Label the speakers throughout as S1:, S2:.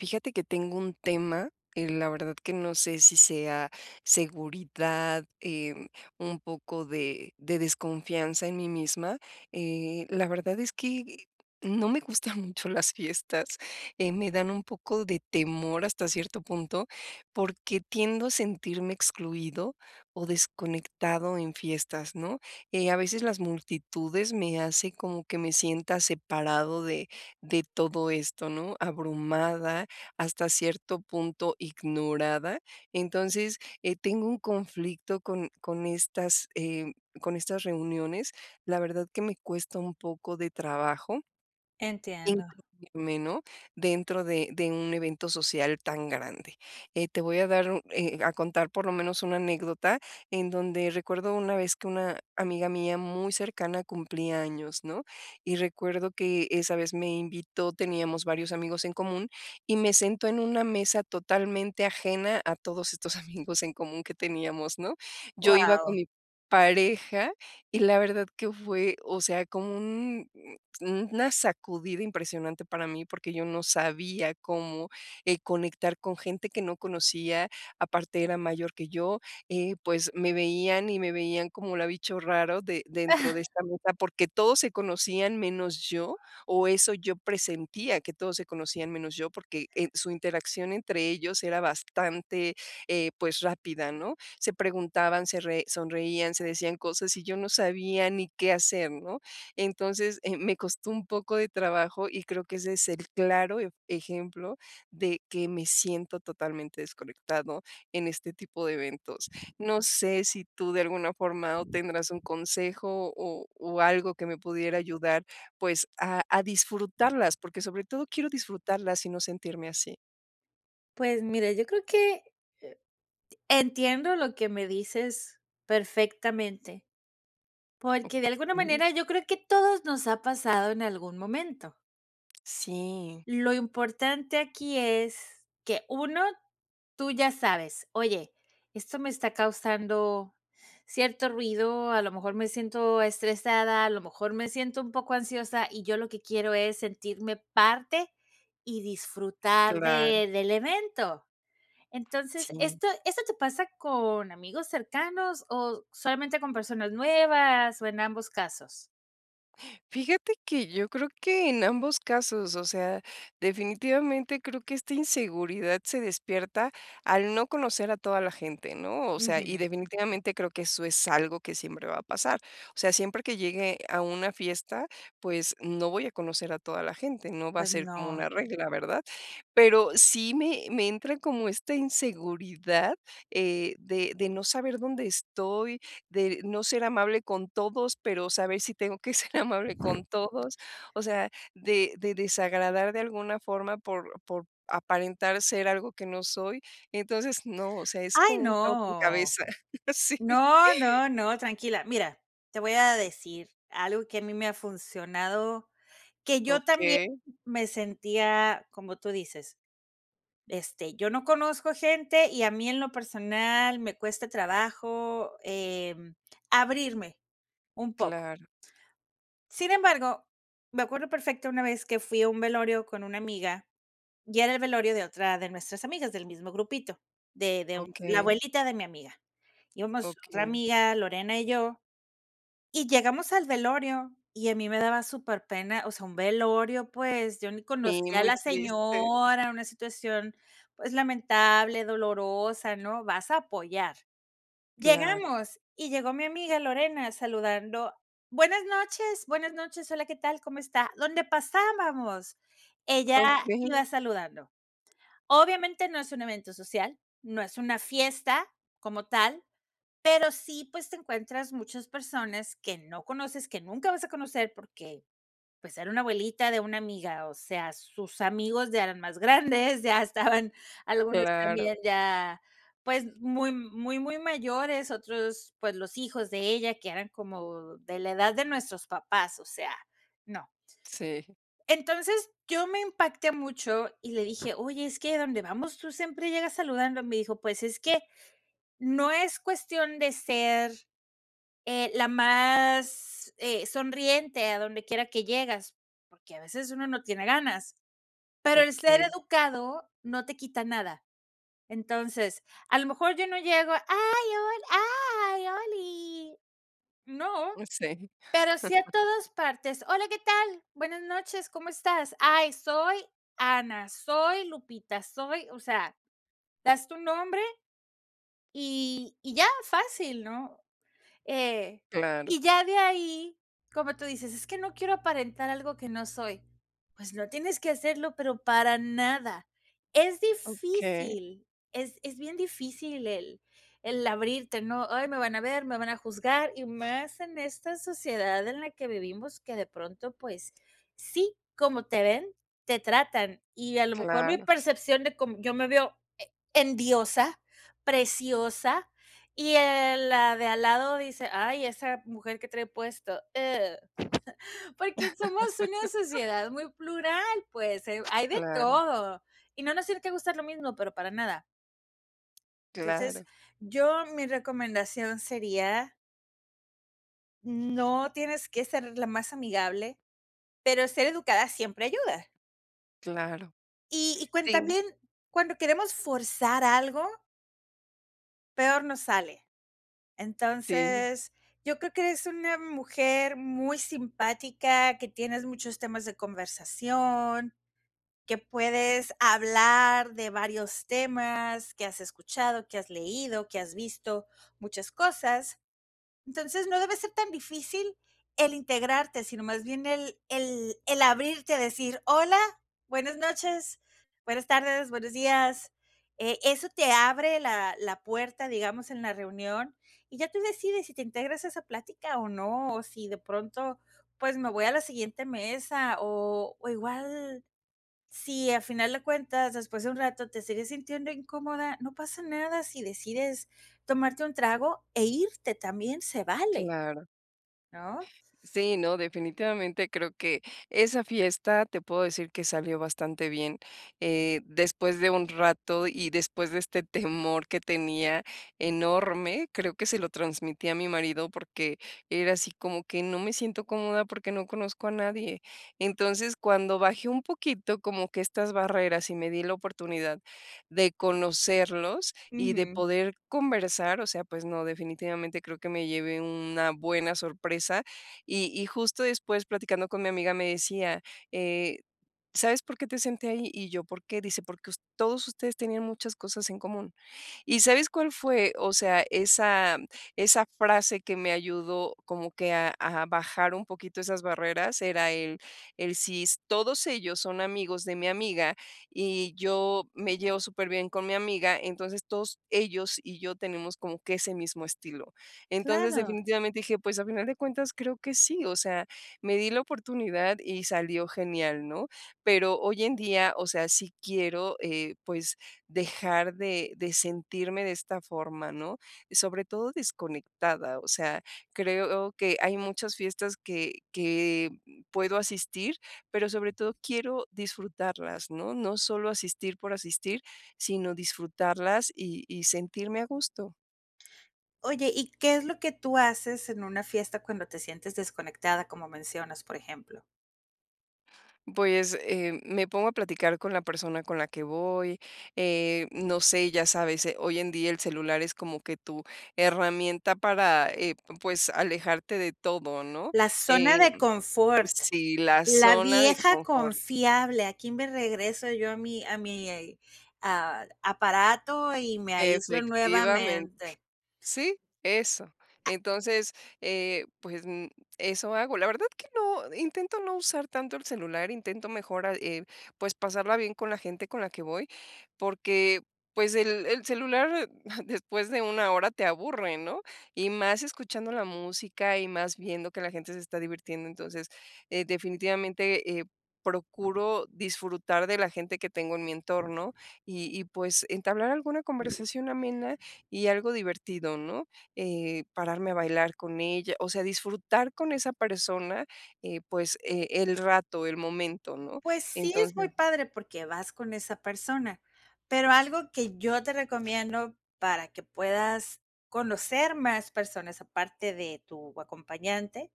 S1: Fíjate que tengo un tema, la verdad que no sé si sea seguridad, un poco de desconfianza en mí misma. La verdad es que no me gustan mucho las fiestas, me dan un poco de temor hasta cierto punto, porque tiendo a sentirme excluido o desconectado en fiestas, ¿no? A veces las multitudes me hace como que me sienta separado de todo esto, ¿no? Abrumada, hasta cierto punto ignorada. Entonces, tengo un conflicto con estas reuniones, la verdad que me cuesta un poco de trabajo
S2: Entiendo.
S1: incluirme, ¿no? Dentro de un evento social tan grande. Te voy a dar un a contar por lo menos una anécdota en donde recuerdo una vez que una amiga mía muy cercana cumplía años, ¿no? Y recuerdo que esa vez me invitó, teníamos varios amigos en común, y me sentó en una mesa totalmente ajena a todos estos amigos en común que teníamos, ¿no? Yo iba con
S2: Wow.
S1: mi pareja y la verdad que fue, o sea, como un una sacudida impresionante para mí, porque yo no sabía cómo, conectar con gente que no conocía, aparte era mayor que yo, pues, me veían y me veían como la bicho raro de dentro de esta mesa, porque todos se conocían menos yo, o eso yo presentía que todos se conocían menos yo, porque, su interacción entre ellos era bastante, pues, rápida, ¿no? Se preguntaban, se re sonreían, se decían cosas y yo no sabía ni qué hacer, ¿no? Entonces, me costó un poco de trabajo y creo que ese es el claro ej ejemplo de que me siento totalmente desconectado en este tipo de eventos. No sé si tú de alguna forma o tendrás un consejo o algo que me pudiera ayudar, pues, a disfrutarlas, porque sobre todo quiero disfrutarlas y no sentirme así.
S2: Pues mira, yo creo que, eh, entiendo lo que me dices perfectamente, porque de alguna
S1: Ujú.
S2: manera yo creo que todos nos ha pasado en algún momento.
S1: Sí.
S2: Lo importante aquí es que uno, tú ya sabes: "Oye, esto me está causando cierto ruido, a lo mejor me siento estresada, a lo mejor me siento un poco ansiosa", y yo lo que quiero es sentirme parte y disfrutar
S1: Claro,
S2: de del evento. Entonces,
S1: sí.
S2: ¿esto te pasa con amigos cercanos o solamente con personas nuevas, o en ambos casos?
S1: Fíjate que yo creo que en ambos casos, o sea, definitivamente creo que esta inseguridad se despierta al no conocer a toda la gente, ¿no? O sea, y
S2: Ujú.
S1: definitivamente creo que eso es algo que siempre va a pasar. O sea, siempre que llegue a una fiesta, pues no voy a conocer a toda la gente, no va a
S2: Pues
S1: ser como
S2: no.
S1: una regla, ¿verdad? Pero sí me entra como esta inseguridad, de no saber dónde estoy, de no ser amable con todos, pero saber si tengo que ser amable con todos. O sea, de desagradar de alguna forma por aparentar ser algo que no soy. Entonces, no, o sea, es
S2: ¡Ay,
S1: como un caos en
S2: no!
S1: cabeza. Sí.
S2: No, no, no, tranquila. Mira, te voy a decir algo que a mí me ha funcionado, que yo también
S1: Okey,
S2: me sentía, como tú dices, este, yo no conozco gente y a mí en lo personal me cuesta trabajo, abrirme un poco.
S1: claro.
S2: Sin embargo, me acuerdo perfecto una vez que fui a un velorio con una amiga y era el velorio de otra de nuestras amigas del mismo grupito, de, la
S1: Okey,
S2: abuelita de mi amiga. Íbamos otra
S1: okey.
S2: amiga, Lorena y yo, y llegamos al velorio y a mí me daba súper pena, o sea, un velorio, pues yo ni
S1: Sí,
S2: conocía a
S1: muy
S2: la Sí, sí.
S1: triste.
S2: señora, una situación pues lamentable, dolorosa, ¿no? Vas a apoyar.
S1: Claro.
S2: Llegamos y llegó mi amiga Lorena saludando: buenas noches, hola, ¿qué tal? ¿Cómo está?". ¿Dónde pasábamos, ella
S1: Okey,
S2: iba saludando. Obviamente no es un evento social, no es una fiesta como tal, pero sí, pues, te encuentras muchas personas que no conoces, que nunca vas a conocer porque pues era una abuelita de una amiga, o sea, sus amigos ya eran más grandes, ya estaban algunos
S1: claro.
S2: también ya, pues, muy muy muy mayores, otros, pues, los hijos de ella, que eran como de la edad de nuestros papás, o sea, no.
S1: Sí,
S2: Entonces, yo me impacté mucho y le dije: "Oye, es que a donde vamos tú siempre llegas saludando". Me dijo: "Pues, es que no es cuestión de ser la más, sonriente a donde quiera que llegas, porque a veces uno no tiene ganas, pero el ser
S1: okey.
S2: educado no te quita nada. Entonces, a lo mejor yo no llego: "Ay, hol ay, oli". No,
S1: Sí,
S2: pero sí a todas partes: "Hola, ¿qué tal? Buenas noches, ¿cómo estás? Ay, soy Ana, soy Lupita, soy", o sea, das tu nombre y ya, fácil, ¿no? Eh,
S1: claro.
S2: y ya de ahí, como tú dices, es que no quiero aparentar algo que no soy. Pues no tienes que hacerlo, pero para nada. Es
S1: Okey,
S2: difícil, es bien difícil el abrirte, ¿no? Ay, me van a ver, me van a juzgar, y más en esta sociedad en la que vivimos, que de pronto, pues, sí, como te ven, te tratan. Y a lo mejor mi
S1: claro,
S2: percepción de cómo yo me veo en diosa, preciosa, y, el la de al lado dice: "Ay, esa mujer que trae puesto, ugh", porque somos una sociedad muy plural, pues, hay de
S1: claro,
S2: todo, y no nos tiene que gustar lo mismo, pero para nada. Entonces,
S1: claro,
S2: yo mi recomendación sería, no tienes que ser la más amigable, pero ser educada siempre ayuda.
S1: claro.
S2: Y cuen
S1: Sí,
S2: también, cuando queremos forzar algo, peor nos sale.
S1: sí.
S2: Entonces, yo creo que eres una mujer muy simpática, que tienes muchos temas de conversación, que puedes hablar de varios temas que has escuchado, que has leído, que has visto, muchas cosas. Entonces, no debe ser tan difícil el integrarte, sino más bien el abrirte a decir: "Hola, buenas noches, buenas tardes, buenos días". Eso te abre la la puerta, digamos, en la reunión, y ya tú decides si te integras a esa plática o no, o si de pronto, pues, me voy a la siguiente mesa, o igual si al final de cuentas, después de un rato te sigues sintiendo incómoda, no pasa nada si decides tomarte un trago e irte, también se vale,
S1: Claro.
S2: ¿no?
S1: Sí, no, definitivamente creo que esa fiesta te puedo decir que salió bastante bien. Después de un rato y después de este temor que tenía enorme, creo que se lo transmití a mi marido porque era así como que no me siento cómoda porque no conozco a nadie. Entonces, cuando bajé un poquito como que estas barreras y me di la oportunidad de conocerlos y de
S2: Ujú.
S1: poder conversar, o sea, pues no, definitivamente creo que me llevé una buena sorpresa. Y y justo después, platicando con mi amiga, me decía, eh: "¿Sabes por qué te senté ahí?". Y yo: "¿Por qué?". Dice: "Porque us todos ustedes tenían muchas cosas en común". ¿Y sabes cuál fue? O sea, esa esa frase que me ayudó como que a bajar un poquito esas barreras era el si s todos ellos son amigos de mi amiga y yo me llevo súper bien con mi amiga, entonces todos ellos y yo tenemos como que ese mismo estilo. Entonces,
S2: Claro.
S1: definitivamente dije, pues, a final de cuentas creo que sí, o sea, me di la oportunidad y salió genial, ¿no? Pero hoy en día, o sea, sí quiero, pues, dejar de sentirme de esta forma, ¿no? Sobre todo desconectada, o sea, creo que hay muchas fiestas que puedo asistir, pero sobre todo quiero disfrutarlas, ¿no? No solo asistir por asistir, sino disfrutarlas y sentirme a gusto.
S2: Oye, ¿y qué es lo que tú haces en una fiesta cuando te sientes desconectada, como mencionas, por ejemplo?
S1: Pues, me pongo a platicar con la persona con la que voy, no sé, ya sabes, hoy en día el celular es como que tu herramienta para, pues, alejarte de todo, ¿no?
S2: La zona
S1: Eh,
S2: de confort,
S1: sí, la
S2: la
S1: zona de
S2: vieja
S1: confort,
S2: confiable, aquí me regreso yo a mi a aparato y me aíslo
S1: efectivamente.
S2: nuevamente.
S1: Sí, eso. Entonces, eh, pues mm, eso hago. La verdad que no, intento no usar tanto el celular, intento mejor, pues pasarla bien con la gente con la que voy, porque pues el celular después de una hora te aburre, ¿no? Y más escuchando la música y más viendo que la gente se está divirtiendo. Entonces, definitivamente procuro disfrutar de la gente que tengo en mi entorno y pues entablar alguna conversación amena y algo divertido, ¿no? Pararme a bailar con ella, o sea, disfrutar con esa persona, el rato, el momento, ¿no?
S2: Pues sí, es muy
S1: Entonces
S2: padre porque vas con esa persona, pero algo que yo te recomiendo para que puedas conocer más personas aparte de tu acompañante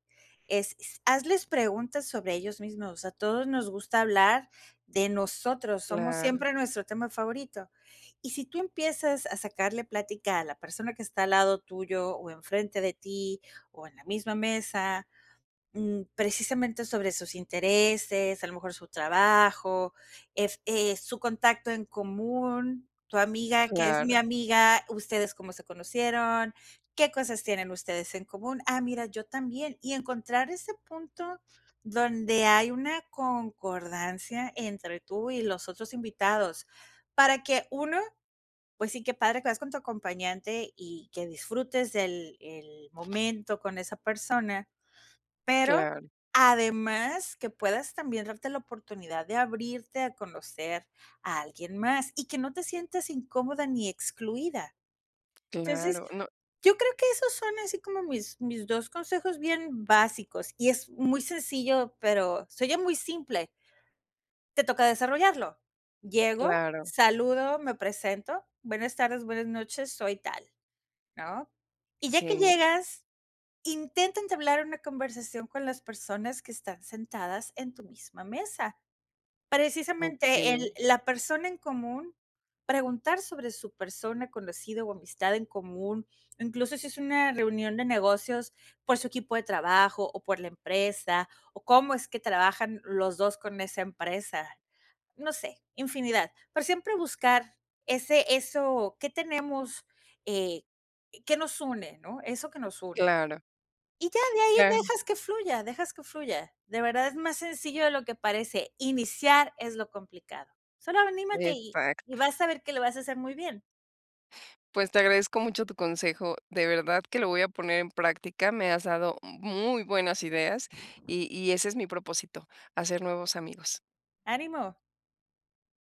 S2: es s hazles preguntas sobre ellos mismos. A todos nos gusta hablar de nosotros, somos
S1: claro,
S2: siempre nuestro tema favorito. Y si tú empiezas a sacarle plática a la persona que está al lado tuyo o enfrente de ti o en la misma mesa Mm, precisamente sobre sus intereses, a lo mejor su trabajo, ef su contacto en común, tu amiga que es mi
S1: claro,
S2: amiga, ustedes cómo se conocieron, qué cosas tienen ustedes en común. Ah, mira, yo también. Y encontrar ese punto donde hay una concordancia entre tú y los otros invitados, para que uno, pues sí, qué padre que vas con tu acompañante y que disfrutes del el momento con esa persona, pero
S1: claro,
S2: además que puedas también darte la oportunidad de abrirte a conocer a alguien más y que no te sientas incómoda ni excluida. Entonces,
S1: claro, no,
S2: yo creo que esos son así como mis 2 consejos bien básicos y es muy sencillo, pero soy oye muy simple. Te toca desarrollarlo. Llego,
S1: claro,
S2: saludo, me presento, buenas tardes, buenas noches, soy tal, ¿no? Y ya que
S1: sí,
S2: llegas Intenta entablar una conversación con las personas que están sentadas en tu misma mesa. Precisamente
S1: okey,
S2: el la persona en común, preguntar sobre su persona, conocido o amistad en común, incluso si es una reunión de negocios por su equipo de trabajo o por la empresa, o cómo es que trabajan los 2 con esa empresa. No sé, infinidad, pero siempre buscar ese eso, ¿qué tenemos? Eh, ¿Qué nos une, no? Eso que nos une.
S1: claro,
S2: Y ya de ahí
S1: claro,
S2: dejas que fluya, dejas que fluya. De verdad es más sencillo de lo que parece. Iniciar es lo complicado. Solo anímate y
S1: exacto.
S2: vas a ver que lo vas a hacer muy bien.
S1: Pues, te agradezco mucho tu consejo, de verdad que lo voy a poner en práctica, me has dado muy buenas ideas y ese es mi propósito, hacer nuevos amigos.
S2: Ánimo.